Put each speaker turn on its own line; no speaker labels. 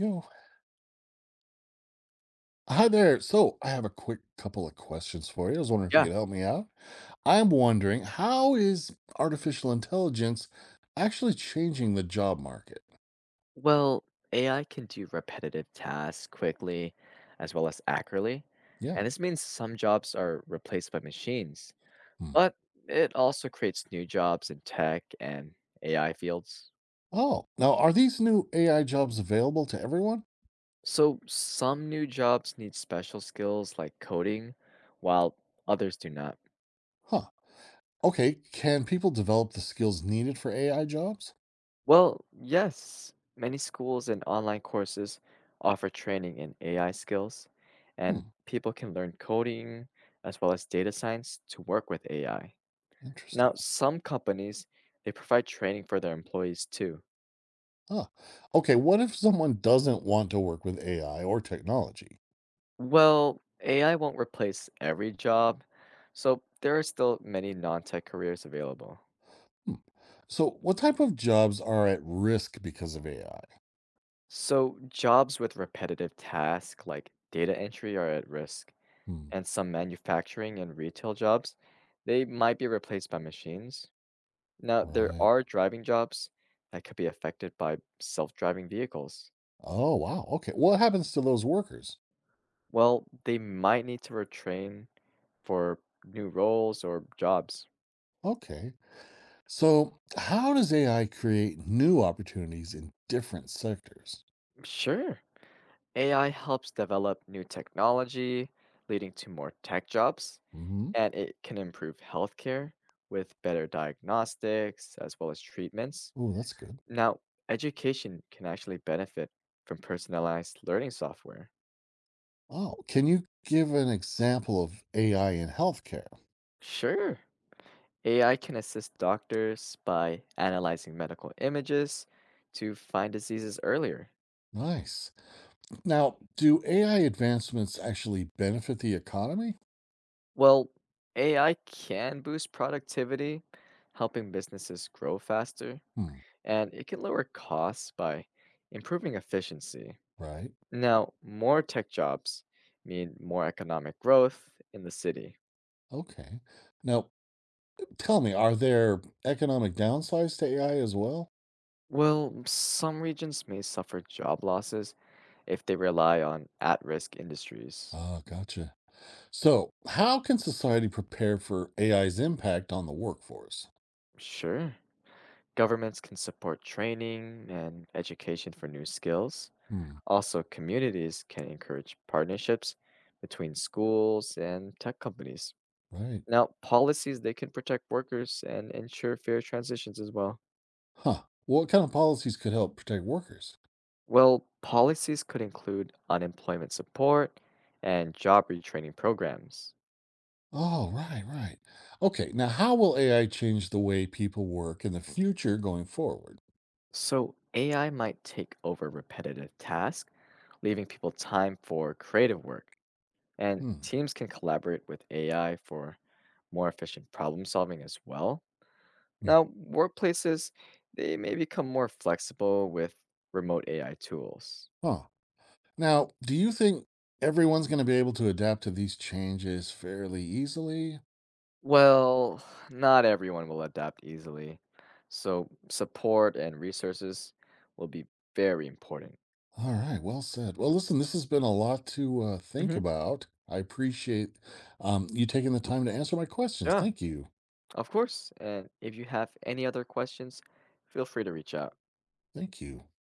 Yo, hi there. So I have a quick couple of questions for you. I was wondering if you
Yeah.
could help me out. I'm wondering, how is artificial intelligence actually changing the job market?
Well, AI can do repetitive tasks quickly as well as accurately.
Yeah.
And this means some jobs are replaced by machines,
Hmm.
but it also creates new jobs in tech and AI fields.
Oh, now are these new AI jobs available to everyone?
So some new jobs need special skills like coding, while others do not.
Huh. Okay. Can people develop the skills needed for AI jobs?
Well, yes, many schools and online courses offer training in AI skills, and
Hmm.
people can learn coding as well as data science to work with AI.
Interesting.
Now, some companies, they provide training for their employees too.
Huh. Okay. What if someone doesn't want to work with AI or technology?
Well, AI won't replace every job, so there are still many non-tech careers available.
Hmm. So what type of jobs are at risk because of AI?
So, jobs with repetitive tasks like data entry are at risk,
Hmm.
and some manufacturing and retail jobs, they might be replaced by machines. Now, there
Right.
are driving jobs that could be affected by self driving vehicles.
Oh, wow. Okay. What happens to those workers?
Well, they might need to retrain for new roles or jobs.
Okay. So, how does AI create new opportunities in different sectors?
Sure, AI helps develop new technology, leading to more tech jobs,
Hmm.
and it can improve healthcare with better diagnostics as well as treatments.
Oh, that's good.
Now, education can actually benefit from personalized learning software.
Oh, can you give an example of AI in healthcare?
Sure, AI can assist doctors by analyzing medical images to find diseases earlier.
Nice. Now, do AI advancements actually benefit the economy?
Well, AI can boost productivity, helping businesses grow faster,
Hmm.
and it can lower costs by improving efficiency.
Right.
Now, more tech jobs mean more economic growth in the city.
Okay. Now, tell me, are there economic downsides to AI as well?
Well, some regions may suffer job losses if they rely on at risk industries.
Oh, gotcha. So, how can society prepare for AI's impact on the workforce?
Sure, governments can support training and education for new skills.
Hmm.
Also, communities can encourage partnerships between schools and tech companies.
Right.
Now, policies they can protect workers and ensure fair transitions as well.
Huh. What kind of policies could help protect workers?
Well, policies could include unemployment support and job retraining programs.
Oh, right, right. Okay, now how will AI change the way people work in the future going forward?
So, AI might take over repetitive tasks, leaving people time for creative work. And
Hmm.
teams can collaborate with AI for more efficient problem solving as well.
Hmm.
Now, workplaces, they may become more flexible with remote AI tools.
Huh. Now, do you think everyone's going to be able to adapt to these changes fairly easily?
Well, not everyone will adapt easily, so support and resources will be very important.
All right, well said. Well, listen, this has been a lot to think
Hmm.
about. I appreciate you taking the time to answer my questions.
Yeah,
Thank you.
of course. And if you have any other questions, feel free to reach out.
Thank you.